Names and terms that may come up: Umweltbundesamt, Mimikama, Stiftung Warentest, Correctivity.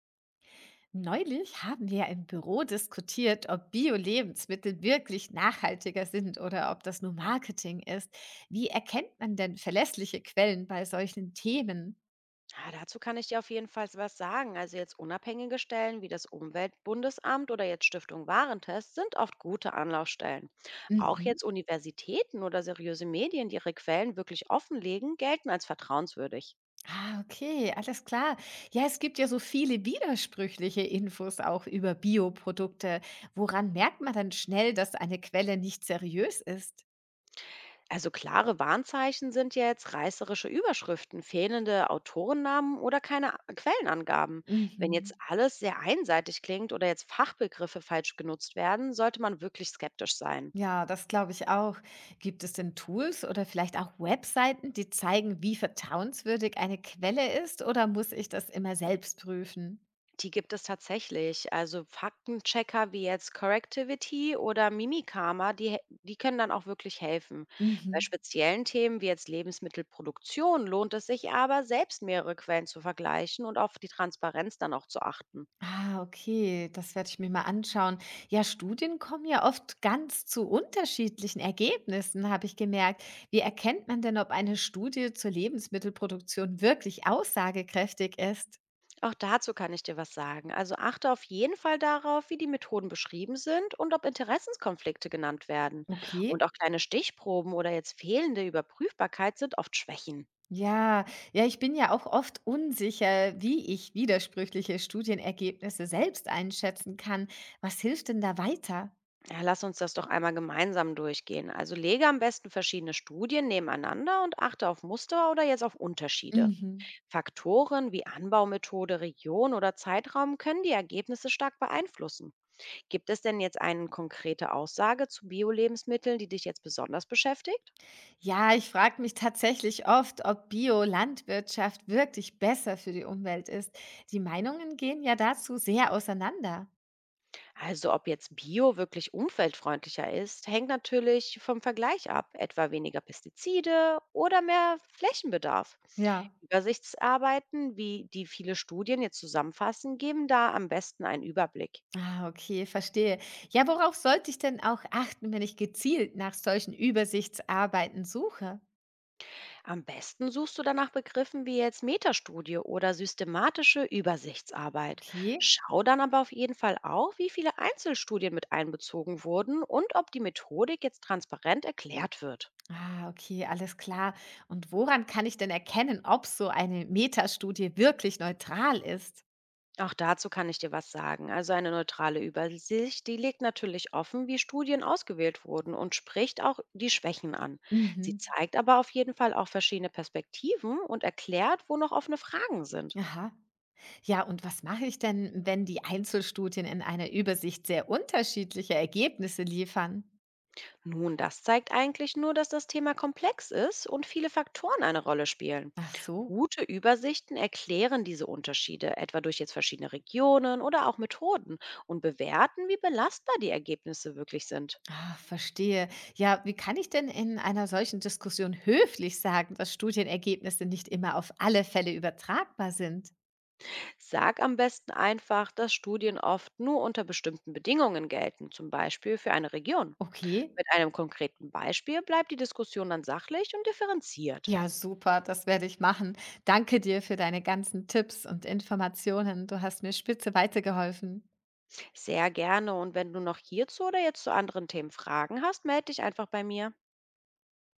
Neulich haben wir im Büro diskutiert, ob Bio-Lebensmittel wirklich nachhaltiger sind oder ob das nur Marketing ist. Wie erkennt man denn verlässliche Quellen bei solchen Themen? Ja, dazu kann ich dir auf jeden Fall was sagen. Also jetzt unabhängige Stellen wie das Umweltbundesamt oder jetzt Stiftung Warentest sind oft gute Anlaufstellen. Auch Mhm. jetzt Universitäten oder seriöse Medien, die ihre Quellen wirklich offenlegen, gelten als vertrauenswürdig. Ah, okay, alles klar. Ja, es gibt ja so viele widersprüchliche Infos auch über Bioprodukte. Woran merkt man dann schnell, dass eine Quelle nicht seriös ist? Also klare Warnzeichen sind jetzt reißerische Überschriften, fehlende Autorennamen oder keine Quellenangaben. Wenn jetzt Mhm. alles sehr einseitig klingt oder jetzt Fachbegriffe falsch genutzt werden, sollte man wirklich skeptisch sein. Ja, das glaube ich auch. Gibt es denn Tools oder vielleicht auch Webseiten, die zeigen, wie vertrauenswürdig eine Quelle ist oder muss ich das immer selbst prüfen? Die gibt es tatsächlich. Also Faktenchecker wie jetzt Correctivity oder Mimikama, die können dann auch wirklich helfen. Bei Mhm. speziellen Themen wie jetzt Lebensmittelproduktion lohnt es sich aber, selbst mehrere Quellen zu vergleichen und auf die Transparenz dann auch zu achten. Ah, okay, das werde ich mir mal anschauen. Ja, Studien kommen ja oft ganz zu unterschiedlichen Ergebnissen, habe ich gemerkt. Wie erkennt man denn, ob eine Studie zur Lebensmittelproduktion wirklich aussagekräftig ist? Auch dazu kann ich dir was sagen. Also achte auf jeden Fall darauf, wie die Methoden beschrieben sind und ob Interessenskonflikte genannt werden. Und Okay. auch kleine Stichproben oder jetzt fehlende Überprüfbarkeit sind oft Schwächen. Ja, ja, ich bin ja auch oft unsicher, wie ich widersprüchliche Studienergebnisse selbst einschätzen kann. Was hilft denn da weiter? Ja, lass uns das doch einmal gemeinsam durchgehen. Also lege am besten verschiedene Studien nebeneinander und achte auf Muster oder jetzt auf Unterschiede. Mhm. Faktoren wie Anbaumethode, Region oder Zeitraum können die Ergebnisse stark beeinflussen. Gibt es denn jetzt eine konkrete Aussage zu Bio-Lebensmitteln, die dich jetzt besonders beschäftigt? Ja, ich frage mich tatsächlich oft, ob Bio-Landwirtschaft wirklich besser für die Umwelt ist. Die Meinungen gehen ja dazu sehr auseinander. Also ob jetzt Bio wirklich umweltfreundlicher ist, hängt natürlich vom Vergleich ab, etwa weniger Pestizide oder mehr Flächenbedarf. Ja. Übersichtsarbeiten, wie die viele Studien jetzt zusammenfassen, geben da am besten einen Überblick. Ah, okay, verstehe. Ja, worauf sollte ich denn auch achten, wenn ich gezielt nach solchen Übersichtsarbeiten suche? Am besten suchst du danach Begriffen wie jetzt Metastudie oder systematische Übersichtsarbeit. Okay. Schau dann aber auf jeden Fall auch, wie viele Einzelstudien mit einbezogen wurden und ob die Methodik jetzt transparent erklärt wird. Ah, okay, alles klar. Und woran kann ich denn erkennen, ob so eine Metastudie wirklich neutral ist? Auch dazu kann ich dir was sagen. Also eine neutrale Übersicht, die legt natürlich offen, wie Studien ausgewählt wurden und spricht auch die Schwächen an. Sie Mhm. zeigt aber auf jeden Fall auch verschiedene Perspektiven und erklärt, wo noch offene Fragen sind. Aha. Ja, und was mache ich denn, wenn die Einzelstudien in einer Übersicht sehr unterschiedliche Ergebnisse liefern? Nun, das zeigt eigentlich nur, dass das Thema komplex ist und viele Faktoren eine Rolle spielen. Ach so. Gute Übersichten erklären diese Unterschiede, etwa durch jetzt verschiedene Regionen oder auch Methoden und bewerten, wie belastbar die Ergebnisse wirklich sind. Ah, verstehe. Ja, wie kann ich denn in einer solchen Diskussion höflich sagen, dass Studienergebnisse nicht immer auf alle Fälle übertragbar sind? Sag am besten einfach, dass Studien oft nur unter bestimmten Bedingungen gelten, zum Beispiel für eine Region. Okay. Mit einem konkreten Beispiel bleibt die Diskussion dann sachlich und differenziert. Ja, super, das werde ich machen. Danke dir für deine ganzen Tipps und Informationen. Du hast mir spitze weitergeholfen. Sehr gerne, und wenn du noch hierzu oder jetzt zu anderen Themen Fragen hast, melde dich einfach bei mir.